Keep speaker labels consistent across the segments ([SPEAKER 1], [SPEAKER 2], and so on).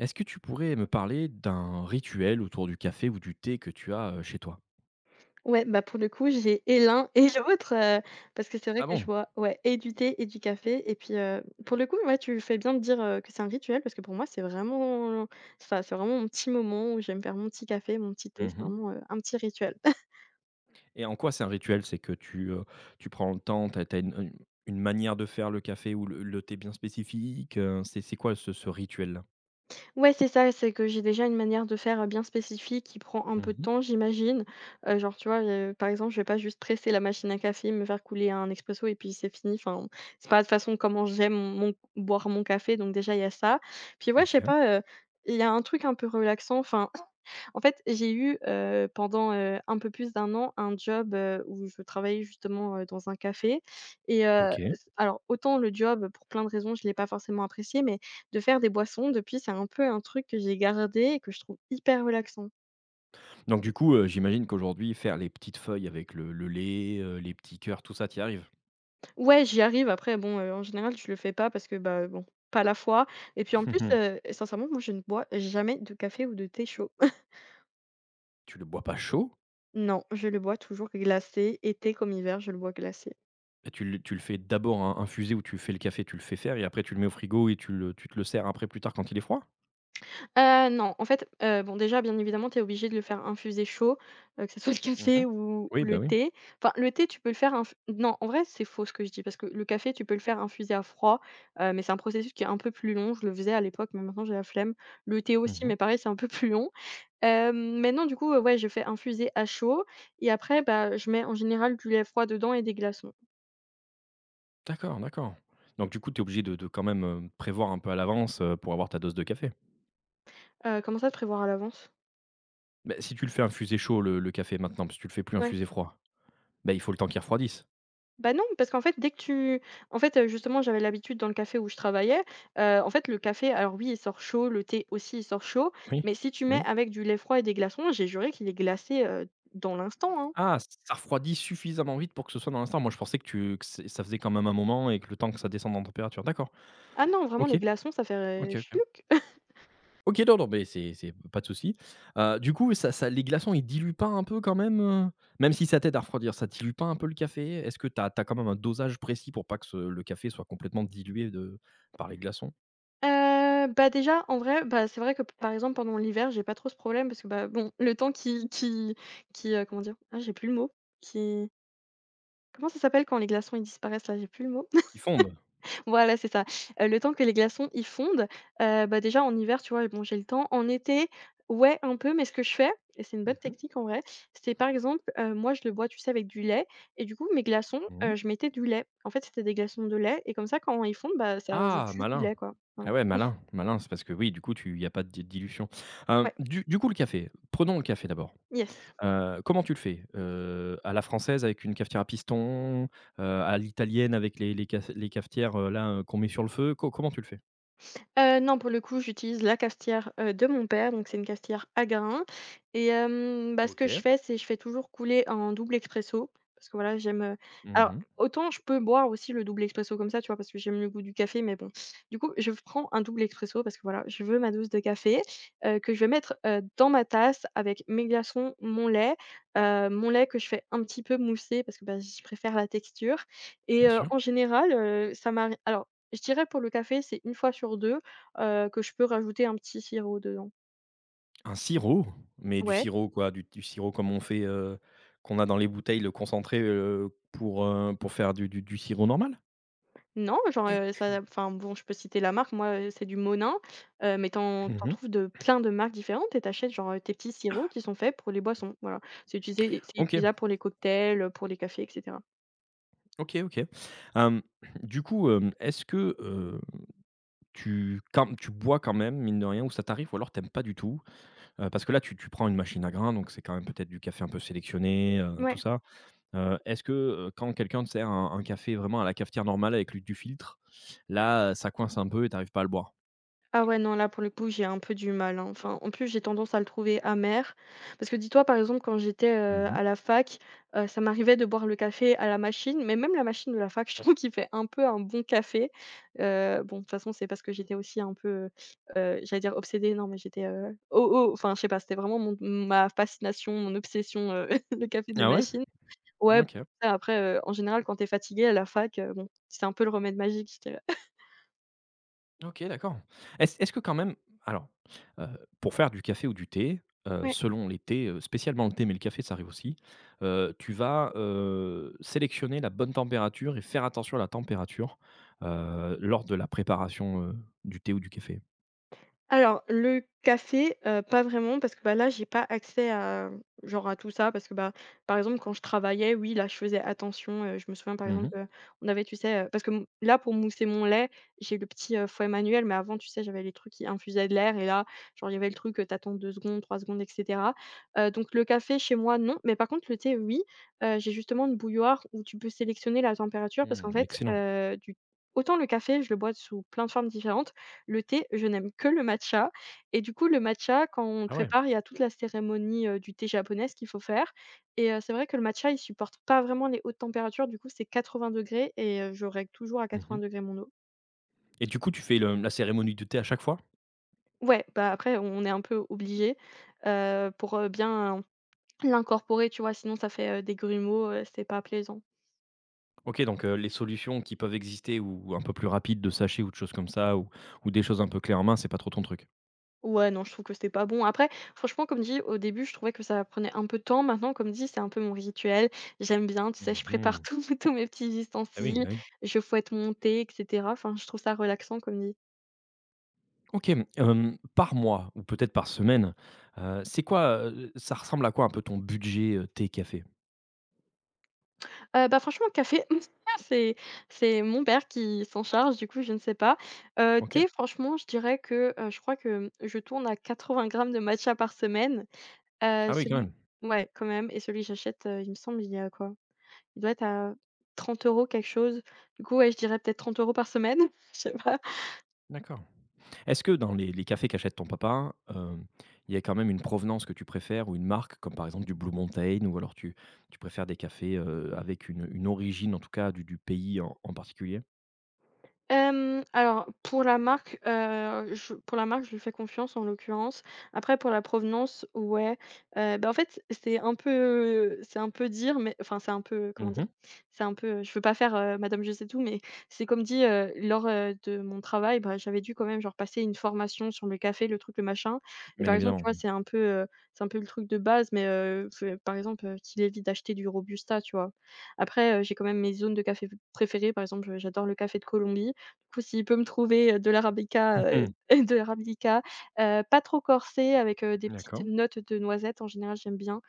[SPEAKER 1] Est-ce que tu pourrais me parler d'un rituel autour du café ou du thé que tu as, chez toi?
[SPEAKER 2] Ouais, bah, pour le coup, j'ai et l'un et l'autre, parce que c'est vrai
[SPEAKER 1] Ah
[SPEAKER 2] que je
[SPEAKER 1] bon?
[SPEAKER 2] vois, ouais, et du thé et du café et puis, pour le coup, ouais, tu fais bien de dire, que c'est un rituel parce que pour moi, c'est vraiment ça, c'est vraiment mon petit moment où j'aime faire mon petit café, mon petit thé, c'est
[SPEAKER 1] Mmh.
[SPEAKER 2] vraiment, un petit rituel.
[SPEAKER 1] Et en quoi c'est un rituel? C'est que tu prends le temps, tu as une manière de faire le café ou le thé bien spécifique, c'est quoi ce rituel-là?
[SPEAKER 2] Ouais, c'est ça, c'est que j'ai déjà une manière de faire, bien spécifique qui prend un peu de
[SPEAKER 1] Mmh.
[SPEAKER 2] temps, j'imagine. Genre, tu vois, par exemple, je vais pas juste presser la machine à café, me faire couler un expresso et puis c'est fini. Enfin, c'est pas de façon comment j'aime mon boire mon café, donc déjà il y a ça. Puis ouais, je sais
[SPEAKER 1] OK,
[SPEAKER 2] pas, il y a un truc un peu relaxant, enfin en fait, j'ai eu, pendant, un peu plus d'un an, un job, où je travaillais justement, dans un café et
[SPEAKER 1] OK.
[SPEAKER 2] s alors autant le job, pour plein de raisons, je ne l'ai pas forcément apprécié, mais de faire des boissons, depuis, c'est un peu un truc que j'ai gardé et que je trouve hyper relaxant.
[SPEAKER 1] Donc du coup, j'imagine qu'aujourd'hui faire les petites feuilles avec le lait, les petits cœurs, tout ça, tu y arrives?
[SPEAKER 2] Ouais, j'y arrive. Après bon, en général, je le fais pas parce que, bah, bon, pas la fois. Et puis en plus, sincèrement, moi, je ne bois jamais de café ou de thé chaud.
[SPEAKER 1] Tu le bois pas chaud?
[SPEAKER 2] Non, je le bois toujours glacé, été comme hiver, je le bois glacé.
[SPEAKER 1] Et tu le fais d'abord in infuser ou tu fais le café, tu le fais faire et après tu le mets au frigo et tu te le sers après plus tard quand il est froid?
[SPEAKER 2] Non, en fait, bon déjà bien évidemment tu es obligé de le faire infuser chaud, que ce soit le
[SPEAKER 1] Mmh mh.
[SPEAKER 2] café ou
[SPEAKER 1] Oui, bah,
[SPEAKER 2] le
[SPEAKER 1] oui.
[SPEAKER 2] thé. Enfin, le thé tu peux le faire inf non, en vrai c'est faux ce que je dis parce que le café tu peux le faire infuser à froid, mais c'est un processus qui est un peu plus long. Je le faisais à l'époque mais maintenant j'ai la flemme. Le thé
[SPEAKER 1] Mmh
[SPEAKER 2] aussi
[SPEAKER 1] mh.
[SPEAKER 2] mais pareil c'est un peu plus long. Maintenant du coup, ouais, je fais infuser à chaud et après, bah, je mets en général du lait froid dedans et des glaçons.
[SPEAKER 1] D'accord, d'accord. Donc du coup, tu es obligé de quand même, prévoir un peu à l'avance, pour avoir ta dose de café.
[SPEAKER 2] Comment ça, de prévoir à l'avance?
[SPEAKER 1] Bah, si tu le fais infuser chaud le café maintenant, parce que tu le fais plus
[SPEAKER 2] Ouais.
[SPEAKER 1] infuser froid, bah, il faut le temps qu'il refroidisse.
[SPEAKER 2] Bah, non, parce qu'en fait, dès que tu en fait, justement, j'avais l'habitude dans le café où je travaillais, en fait, le café, alors oui, il sort chaud, le thé aussi, il sort chaud,
[SPEAKER 1] Oui,
[SPEAKER 2] mais si tu mets
[SPEAKER 1] oui.
[SPEAKER 2] avec du lait froid et des glaçons, j'ai juré qu'il est glacé, dans l'instant, hein.
[SPEAKER 1] Ah, ça refroidit suffisamment vite pour que ce soit dans l'instant? Moi, je pensais que tu que c'est ça faisait quand même un moment et que le temps que ça descende en température. D'accord.
[SPEAKER 2] Ah non, vraiment
[SPEAKER 1] OK.
[SPEAKER 2] les glaçons, ça fait
[SPEAKER 1] OK, OK.
[SPEAKER 2] schluck.
[SPEAKER 1] OK, non, non, mais c'est pas de souci. Du coup, ça les glaçons, ils diluent pas un peu quand même, heu? Même si ça t'aide à refroidir, ça dilue pas un peu le café? Est-ce que t'as, as quand même un dosage précis pour pas que ce le café soit complètement dilué de par les glaçons?
[SPEAKER 2] Bah, déjà, en vrai, bah, c'est vrai que, par exemple, pendant l'hiver, j'ai pas trop ce problème parce que, bah, bon, le temps qui, comment dire? Ah, j'ai plus le mot, qui, comment ça s'appelle quand les glaçons, ils disparaissent là? J'ai plus le mot.
[SPEAKER 1] Qui fondent?
[SPEAKER 2] Voilà, c'est ça. Le temps que les glaçons, ils fondent, bah, déjà en hiver, tu vois, bon, j'ai le temps. En été, ouais, un peu, mais ce que je fais et c'est une
[SPEAKER 1] Mmh
[SPEAKER 2] bonne
[SPEAKER 1] mh.
[SPEAKER 2] technique en vrai, c'est par exemple, moi, je le bois, tu sais, avec du lait. Et du coup, mes glaçons,
[SPEAKER 1] Mmh.
[SPEAKER 2] je mettais du lait. En fait, c'était des glaçons de lait et comme ça, quand ils fondent, bah, ça rajoute
[SPEAKER 1] Ah,
[SPEAKER 2] juste du
[SPEAKER 1] malin!
[SPEAKER 2] lait, quoi. Voilà.
[SPEAKER 1] Ah ouais, malin, malin, c'est parce que oui, du coup, il y a pas de di dilution. Hem,
[SPEAKER 2] Ouais,
[SPEAKER 1] du coup, le café, prenons le café d'abord.
[SPEAKER 2] yes.
[SPEAKER 1] Comment tu le fais? À la française avec une cafetière à piston, à l'italienne avec les cafetières, là, qu'on met sur le feu? Co Comment tu le fais?
[SPEAKER 2] Non, pour le coup, j'utilise la cafetière, de mon père, donc c'est une cafetière à grains. Et bah, ce que je
[SPEAKER 1] OK.
[SPEAKER 2] fais, c'est je fais toujours couler un double expresso parce que voilà, j'aime, alors
[SPEAKER 1] Mmh.
[SPEAKER 2] autant je peux boire aussi le double expresso comme ça, tu vois? Parce que j'aime le goût du café, mais bon. Du coup, je prends un double expresso parce que voilà, je veux ma dose de café, que je vais mettre, dans ma tasse avec mes glaçons, mon lait que je fais un petit peu mousser parce que, bah, je préfère la texture. Et
[SPEAKER 1] Bien sûr.
[SPEAKER 2] en général, ça m'arrive. Alors je dirais pour le café, c'est une fois sur 2. Que je peux rajouter un petit sirop dedans.
[SPEAKER 1] Un sirop? Mais du
[SPEAKER 2] Ouais.
[SPEAKER 1] sirop quoi? Du sirop comme on fait, qu'on a dans les bouteilles, le concentré, pour faire du sirop normal?
[SPEAKER 2] Non, genre, ça enfin bon, je peux citer la marque, moi, c'est du Monin, mais t'en
[SPEAKER 1] Mmh.
[SPEAKER 2] trouves de plein de marques différentes et t'achètes genre, tes petits sirops qui sont faits pour les boissons, voilà. C'est
[SPEAKER 1] OK,
[SPEAKER 2] utilisable pour les cocktails, pour les cafés, et cetera.
[SPEAKER 1] OK, OK. Hem, du coup, hem, est-ce que, tu quand tu bois quand même, mine de rien, ou ça t'arrive, ou alors t'aimes pas du tout? Parce que là, tu prends une machine à grains, donc c'est quand même peut-être du café un peu sélectionné, tout
[SPEAKER 2] Ouais.
[SPEAKER 1] ça. Est-ce que, quand quelqu'un te sert un café vraiment à la cafetière normale avec lu du filtre, là, ça coince un peu et t'arrives pas à le boire?
[SPEAKER 2] Ah ouais, non, là, pour le coup, j'ai un peu du mal, hein. Enfin, en plus, j'ai tendance à le trouver amer. Parce que dis-toi, par exemple, quand j'étais,
[SPEAKER 1] Mmh mh.
[SPEAKER 2] à la fac, ça m'arrivait de boire le café à la machine, mais même la machine de la fac, je trouve qu'il fait un peu un bon café. Bon, de toute façon, c'est parce que j'étais aussi un peu, j'allais dire obsédée, non, mais j'étais, oh, oh, enfin, je sais pas, c'était vraiment ma fascination, mon obsession, le café de la
[SPEAKER 1] Ah ouais?
[SPEAKER 2] machine. Ouais,
[SPEAKER 1] OK.
[SPEAKER 2] après, en général, quand t'es fatigué à la fac, bon, c'est un peu le remède magique, je dirais.
[SPEAKER 1] OK, d'accord. Est-ce que quand même alors, heu, pour faire du café ou du thé, selon les thés, spécialement le thé, mais le café ça arrive aussi, tu vas, sélectionner la bonne température et faire attention à la température, lors de la préparation, du thé ou du café?
[SPEAKER 2] Alors, le café, pas vraiment parce que, bah, là, j'ai pas accès à, genre, à tout ça parce que, bah, par exemple, quand je travaillais, oui, là, je faisais attention, je me souviens, par
[SPEAKER 1] Mmh
[SPEAKER 2] exemple,
[SPEAKER 1] mh.
[SPEAKER 2] on avait, tu sais, parce que m là, pour mousser mon lait, j'ai le petit, fouet manuel, mais avant, tu sais, j'avais les trucs qui infusaient de l'air. Et là, genre, il y avait le truc, tu attends secondes, 3 secondes, et cetera. Donc le café chez moi, non, mais par contre, le thé, oui. J'ai justement une bouilloire où tu peux sélectionner la température parce qu'en
[SPEAKER 1] Mmh,
[SPEAKER 2] fait,
[SPEAKER 1] excellent.
[SPEAKER 2] du autant le café, je le bois sous plein de formes différentes, le thé, je n'aime que le matcha. Et du coup, le matcha, quand on le
[SPEAKER 1] Ah ouais.
[SPEAKER 2] prépare, il y a toute la cérémonie, du thé japonaise qu'il faut faire. Et c'est vrai que le matcha, il supporte pas vraiment les hautes températures, du coup, c'est 80 degrés, et je règle toujours à
[SPEAKER 1] Mmh mh.
[SPEAKER 2] 80 degrés mon eau.
[SPEAKER 1] Et du coup, tu fais le la cérémonie du thé à chaque fois?
[SPEAKER 2] Ouais, bah, après, on est un peu obligé, pour, bien l'incorporer, tu vois? Sinon ça fait, des grumeaux, c'est pas plaisant.
[SPEAKER 1] OK, donc les solutions qui peuvent exister ou un peu plus rapides de sachets ou de choses comme ça ou des choses un peu clés en main, c'est pas trop ton truc?
[SPEAKER 2] Ouais, non, je trouve que c'était pas bon. Après, franchement, comme dit, au début, je trouvais que ça prenait un peu de temps. Maintenant, comme dit, c'est un peu mon rituel. J'aime bien, tu sais,
[SPEAKER 1] Mmh
[SPEAKER 2] je prépare
[SPEAKER 1] mh.
[SPEAKER 2] tous tous mes petits
[SPEAKER 1] Bah oui,
[SPEAKER 2] ustensiles,
[SPEAKER 1] bah oui.
[SPEAKER 2] je fouette mon thé, etc. Enfin, je trouve ça relaxant, comme dit.
[SPEAKER 1] OK, mmh, par mois ou peut-être par semaine, c'est quoi, ça ressemble à quoi un peu ton budget, thé, café?
[SPEAKER 2] Bah, franchement, café, c'est c'est mon père qui s'en charge, du coup, je ne sais pas.
[SPEAKER 1] OK.
[SPEAKER 2] Thé, franchement, je dirais que je crois que je tourne à 80 grammes de matcha par semaine.
[SPEAKER 1] Ah oui, quand
[SPEAKER 2] Celui,
[SPEAKER 1] même.
[SPEAKER 2] ouais, quand même. Et celui que j'achète, il me semble, il y a quoi? Il doit être à 30 € quelque chose. Du coup, ouais, je dirais peut-être 30 € par semaine, je sais pas.
[SPEAKER 1] D'accord. Est-ce que dans les cafés qu'achète ton papa, hem, il y a quand même une provenance que tu préfères ou une marque comme par exemple du Blue Mountain ou alors tu préfères des cafés, avec une origine en tout cas du pays en particulier?
[SPEAKER 2] Alors pour la marque, je pour la marque, je lui fais confiance en l'occurrence. Après pour la provenance, ouais, bah, en fait, c'est un peu dire, mais enfin, c'est un peu, comment dire?
[SPEAKER 1] Mmh.
[SPEAKER 2] C'est un peu je veux pas faire, madame je sais tout, mais c'est comme dit, lors, de mon travail, bah, j'avais dû quand même genre passer une formation sur le café, le truc, le machin. Et
[SPEAKER 1] Bien
[SPEAKER 2] par exemple, tu
[SPEAKER 1] évidemment.
[SPEAKER 2] vois, c'est un peu le truc de base, mais f par exemple, qu'il évite d'acheter du robusta, tu vois? Après, j'ai quand même mes zones de café préférées. Par exemple, j'adore le café de Colombie. Du coup, s'il peut me trouver, de l'arabica,
[SPEAKER 1] Mmh.
[SPEAKER 2] de l'arabica, pas trop corsé avec, des petites
[SPEAKER 1] D'accord.
[SPEAKER 2] notes de noisettes, en général, j'aime bien,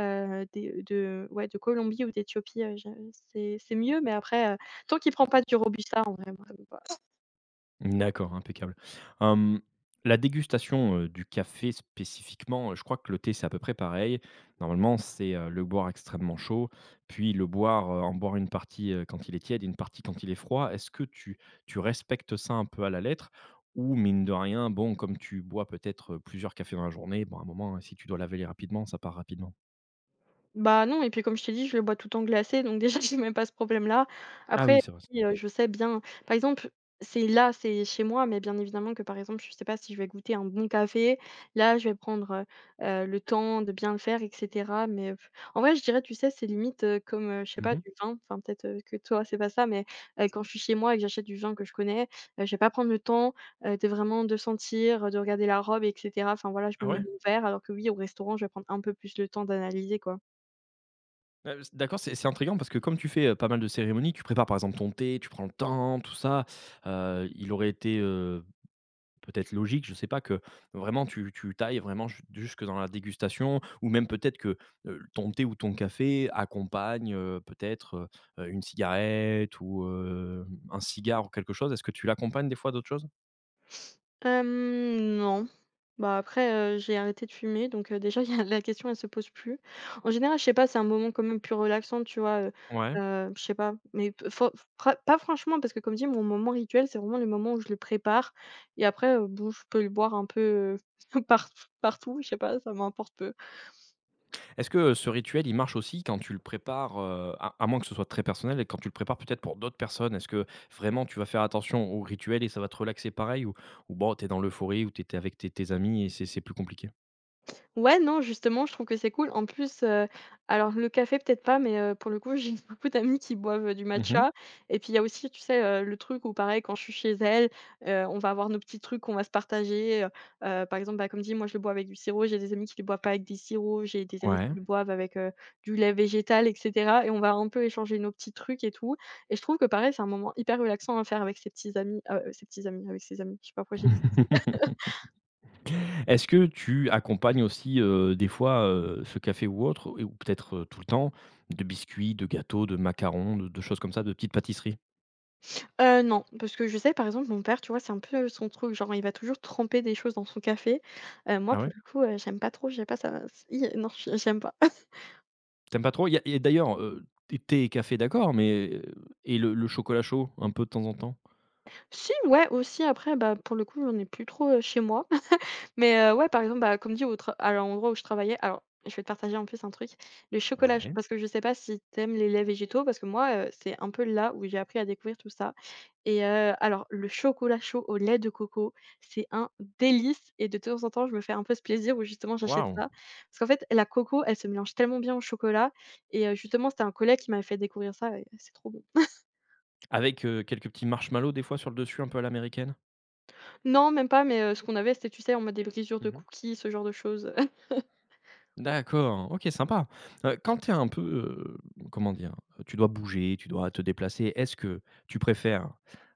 [SPEAKER 2] des de, ouais, de Colombie ou d'Éthiopie, je c'est mieux, mais après, tant qu'il prend pas du robusta, en vrai, moi ça me va.
[SPEAKER 1] D'accord, impeccable. Hem, la dégustation, du café spécifiquement, je crois que le thé, c'est à peu près pareil. Normalement, c'est, le boire extrêmement chaud, puis le boire, en boire une partie, quand il est tiède et une partie quand il est froid. Est-ce que tu respectes ça un peu à la lettre? Ou mine de rien, bon, comme tu bois peut-être, plusieurs cafés dans la journée, bon, à un moment, si tu dois laver les rapidement, ça part rapidement?
[SPEAKER 2] Bah, non et puis comme je t'ai dit, je le bois tout le temps glacé donc déjà j'ai même pas ce problème-là.
[SPEAKER 1] Ah oui,
[SPEAKER 2] Après,
[SPEAKER 1] c'est vrai. Ça va.
[SPEAKER 2] oui, je sais bien par exemple, c'est là, c'est chez moi, mais bien évidemment que, par exemple, je sais pas si je vais goûter un bon café, là, je vais prendre, le temps de bien le faire et cetera, mais en vrai, je dirais, tu sais, c'est limite, comme, je sais pas, du vin, enfin, peut-être, que toi, c'est pas ça, mais quand je suis chez moi et que j'achète du vin que je connais, je vais pas prendre le temps, de vraiment de sentir, de regarder la robe et cetera. Enfin, voilà, je
[SPEAKER 1] Ah
[SPEAKER 2] me mets
[SPEAKER 1] ouais.
[SPEAKER 2] mon verre alors que oui, au restaurant, je vais prendre un peu plus le temps d'analyser, quoi.
[SPEAKER 1] Ouais, s d'accord, c'est intriguant parce que comme tu fais, pas mal de cérémonies, tu prépares par exemple ton thé, tu prends le temps, tout ça. Il aurait été, peut-être logique, je sais pas, que vraiment tu t'ailles vraiment jusque dans la dégustation ou même peut-être que, ton thé ou ton café accompagne, peut-être, une cigarette ou, un cigare ou quelque chose. Est-ce que tu l'accompagnes des fois d'autres choses?
[SPEAKER 2] Non. Bah, après, j'ai arrêté de fumer donc déjà il y a la question elle se pose plus. En général, je sais pas, c'est un moment quand même plus relaxant, tu vois?
[SPEAKER 1] Ouais.
[SPEAKER 2] Je sais pas, mais p faut fra pas franchement parce que comme dit, mon moment rituel, c'est vraiment le moment où je le prépare et après, bon, je peux le boire un peu, par partout, je sais pas, ça m'importe peu.
[SPEAKER 1] Est-ce que ce rituel, il marche aussi quand tu le prépares, à moins que ce soit très personnel et quand tu le prépares peut-être pour d'autres personnes? Est-ce que vraiment tu vas faire attention au rituel et ça va te relaxer pareil ou bon, t'es dans l'euphorie, ou tu avec tes amis et c'est plus compliqué?
[SPEAKER 2] Ouais, non, justement, je trouve que c'est cool. En plus, alors le café peut-être pas, mais pour le coup, j'ai beaucoup d'amis qui boivent du
[SPEAKER 1] Mmh.
[SPEAKER 2] matcha et puis il y a aussi, tu sais, le truc où pareil quand je suis chez elle, on va avoir nos petits trucs qu'on va se partager, par exemple, bah, comme dit, moi je le bois avec du sirop, j'ai des amis qui le boivent pas avec des sirops, j'ai des amis
[SPEAKER 1] Ouais.
[SPEAKER 2] qui le boivent avec, du lait végétal et cetera et on va un peu échanger nos petits trucs et tout et je trouve que pareil, c'est un moment hyper relaxant à faire avec ses petits amis, avec ses amis, je sais pas pourquoi j'ai.
[SPEAKER 1] Est-ce que tu accompagnes aussi, des fois, ce café ou autre et ou peut-être, tout le temps, de biscuits, de gâteaux, de macarons, de choses comme ça, de petites pâtisseries?
[SPEAKER 2] Non, parce que je sais, par exemple, mon père, tu vois, c'est un peu son truc, genre, il va toujours tremper des choses dans son café. Moi,
[SPEAKER 1] Ah ouais?
[SPEAKER 2] pour le coup, j'aime pas trop, je pas, ça i non, je j'aime pas.
[SPEAKER 1] T'aimes pas trop? Il y a et d'ailleurs, thé et café d'accord, mais, et le chocolat chaud, un peu de temps en temps?
[SPEAKER 2] Si, ouais, aussi, après, bah, pour le coup, j'en ai plus trop, chez moi. Mais ouais, par exemple, bah, comme dit, au tra à l'endroit où je travaillais alors, je vais te partager en plus un truc. Le chocolat ch
[SPEAKER 1] Ouais.
[SPEAKER 2] parce que je sais pas si t'aimes les laits végétaux parce que moi, c'est un peu là où j'ai appris à découvrir tout ça et alors le chocolat chaud au lait de coco, c'est un délice et de temps en temps, je me fais un peu ce plaisir où justement j'achète
[SPEAKER 1] Waouh!
[SPEAKER 2] ça. Parce qu'en fait, la coco, elle se mélange tellement bien au chocolat et justement, c'était un collègue qui m'avait fait découvrir ça et c'est trop bon.
[SPEAKER 1] Avec, quelques petits marshmallows des fois sur le dessus un peu à l'américaine?
[SPEAKER 2] Non, même pas, mais ce qu'on avait, c'était, tu sais, en mode des brisures de
[SPEAKER 1] Mmh.
[SPEAKER 2] cookies, ce genre de choses.
[SPEAKER 1] D'accord, OK sympa. Quand tu es un peu, comment dire? Tu dois bouger, tu dois te déplacer, est-ce que tu préfères,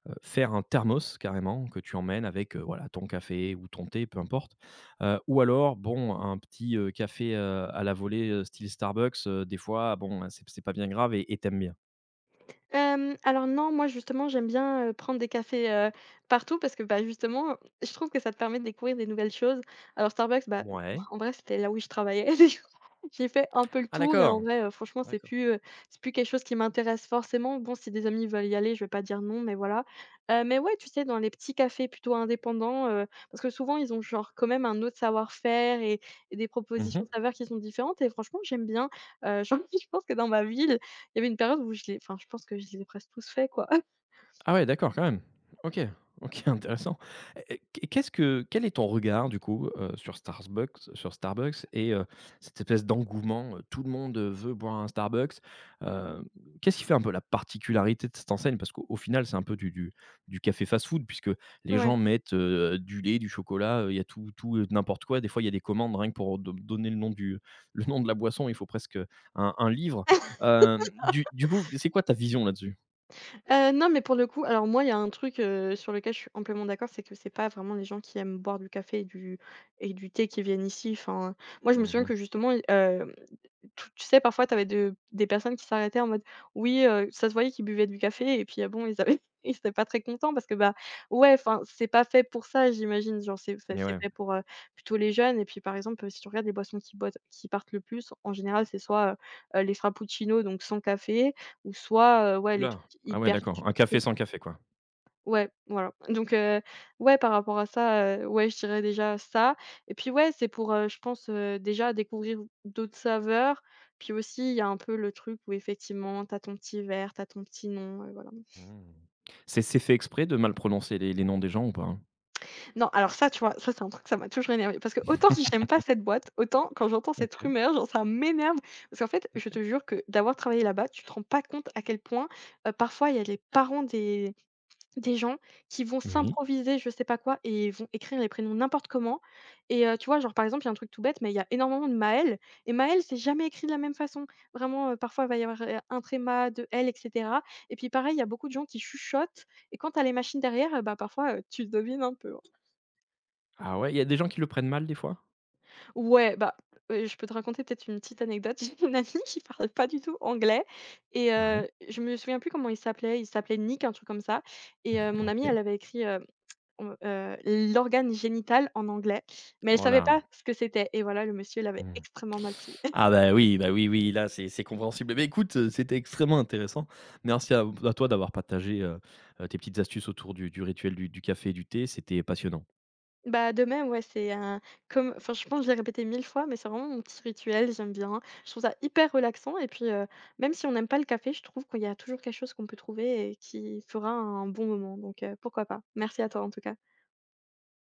[SPEAKER 1] faire un thermos carrément que tu emmènes avec, voilà ton café ou ton thé, peu importe, ou alors bon un petit, café, à la volée, style Starbucks, des fois bon, c'est pas bien grave et tu bien?
[SPEAKER 2] Alors non, moi justement, j'aime bien, prendre des cafés, partout parce que, bah, justement, je trouve que ça te permet de découvrir des nouvelles choses. Alors Starbucks, bah,
[SPEAKER 1] Ouais.
[SPEAKER 2] en vrai, c'était là où je travaillais. J'ai fait un peu le
[SPEAKER 1] Ah
[SPEAKER 2] tour et en
[SPEAKER 1] d'accord,
[SPEAKER 2] vrai, franchement,
[SPEAKER 1] d'accord.
[SPEAKER 2] c'est plus quelque chose qui m'intéresse forcément. Bon, si des amis veulent y aller, je vais pas dire non, mais voilà. Mais ouais, tu sais, dans les petits cafés plutôt indépendants, parce que souvent, ils ont genre quand même un autre savoir-faire et des propositions
[SPEAKER 1] Mmh.
[SPEAKER 2] de saveurs qui sont différentes et franchement, j'aime bien. Genre, je pense que dans ma ville, il y avait une période où je les enfin, je pense que je les ai presque tous faits, quoi.
[SPEAKER 1] Ah ouais, d'accord, quand même. OK, OK, intéressant. Et qu'est-ce que quel est ton regard du coup, sur Starbucks et cette espèce d'engouement, tout le monde, veut boire un Starbucks. Heu, Qu'est-ce qui fait un peu la particularité de cette enseigne? Parce qu'au au final, c'est un peu du café fast-food puisque les
[SPEAKER 2] Ouais.
[SPEAKER 1] gens mettent, du lait, du chocolat, il y a tout, n'importe quoi. Des fois, il y a des commandes rien que pour do donner le nom du le nom de la boisson, il faut presque, un livre. Hem, du coup, c'est quoi ta vision là-dessus?
[SPEAKER 2] Non, mais pour le coup, alors moi, il y a un truc, sur lequel je suis amplement d'accord, c'est que c'est pas vraiment les gens qui aiment boire du café et du thé qui viennent ici. Enfin, moi, je me
[SPEAKER 1] Mmh
[SPEAKER 2] souviens
[SPEAKER 1] mh.
[SPEAKER 2] que justement, tout tu sais, parfois, tu avais de des personnes qui s'arrêtaient en mode oui, ça se voyait qu'ils buvaient du café et puis, ah bon, ils avaient ils étaient pas très contents parce que, bah, ouais, enfin, c'est pas fait pour ça, j'imagine. Genre, c'est
[SPEAKER 1] Ouais.
[SPEAKER 2] fait pour, plutôt les jeunes et puis, par exemple, si tu regardes les boissons qui boitent qui partent le plus, en général, c'est soit, les frappuccinos, donc sans café, ou soit, ouais,
[SPEAKER 1] Ouh
[SPEAKER 2] les
[SPEAKER 1] là!
[SPEAKER 2] trucs
[SPEAKER 1] Ah ouais,
[SPEAKER 2] hyper
[SPEAKER 1] d'accord. Un café
[SPEAKER 2] sucrés.
[SPEAKER 1] sans café, quoi.
[SPEAKER 2] Ouais, voilà. Donc ouais, par rapport à ça, ouais, je dirais déjà ça et puis ouais, c'est pour, je pense, déjà découvrir d'autres saveurs. Puis aussi, il y a un peu le truc où effectivement, t'as ton petit verre, t'as ton petit nom, voilà.
[SPEAKER 1] Mmh. C'est fait exprès de mal prononcer les noms des gens ou pas, hein?
[SPEAKER 2] Non, alors ça, tu vois, ça, c'est un truc, ça m'a toujours énervé parce que qu'autant j'aime pas cette boîte, autant quand j'entends cette
[SPEAKER 1] OK.
[SPEAKER 2] rumeur, genre ça m'énerve parce qu'en fait, je te jure que d'avoir travaillé là-bas, tu te rends pas compte à quel point, parfois, il y a les parents des. Des gens qui vont
[SPEAKER 1] Oui.
[SPEAKER 2] s'improviser je sais pas quoi et vont écrire les prénoms n'importe comment et tu vois, genre, par exemple, il y a un truc tout bête, mais il y a énormément de Maël et Maël c'est jamais écrit de la même façon. Vraiment, parfois, il va y avoir, 1 tréma, 2 L et cetera et puis pareil, il y a beaucoup de gens qui chuchotent et quand tu as les machines derrière, bah, parfois, tu devines un peu, hein.
[SPEAKER 1] Ah ouais, il y a des gens qui le prennent mal des fois?
[SPEAKER 2] Ouais, bah, je peux te raconter peut-être une petite anecdote. J'ai une amie qui parle pas du tout anglais et
[SPEAKER 1] Ouais.
[SPEAKER 2] je me souviens plus comment il s'appelait. Il s'appelait Nick, un truc comme ça et mon amie,
[SPEAKER 1] OK.
[SPEAKER 2] elle avait écrit. Heu heu, l'organe génital en anglais, mais elle savait
[SPEAKER 1] Voilà.
[SPEAKER 2] pas ce que c'était et voilà, le monsieur
[SPEAKER 1] Là!
[SPEAKER 2] l'avait
[SPEAKER 1] Mmh.
[SPEAKER 2] extrêmement mal pris.
[SPEAKER 1] Ah bah oui, oui, là, c'est compréhensible. Mais écoute, c'était extrêmement intéressant. Merci à toi d'avoir partagé, tes petites astuces autour du rituel du café et du thé, c'était passionnant.
[SPEAKER 2] Bah, de même, ouais, c'est un comme enfin, je pense, que je l'ai répété 1000 fois, mais c'est vraiment mon petit rituel, j'aime bien. Je trouve ça hyper relaxant et puis, même si on n'aime pas le café, je trouve qu'il y a toujours quelque chose qu'on peut trouver et qui fera un bon moment donc pourquoi pas. Merci à toi, en tout cas.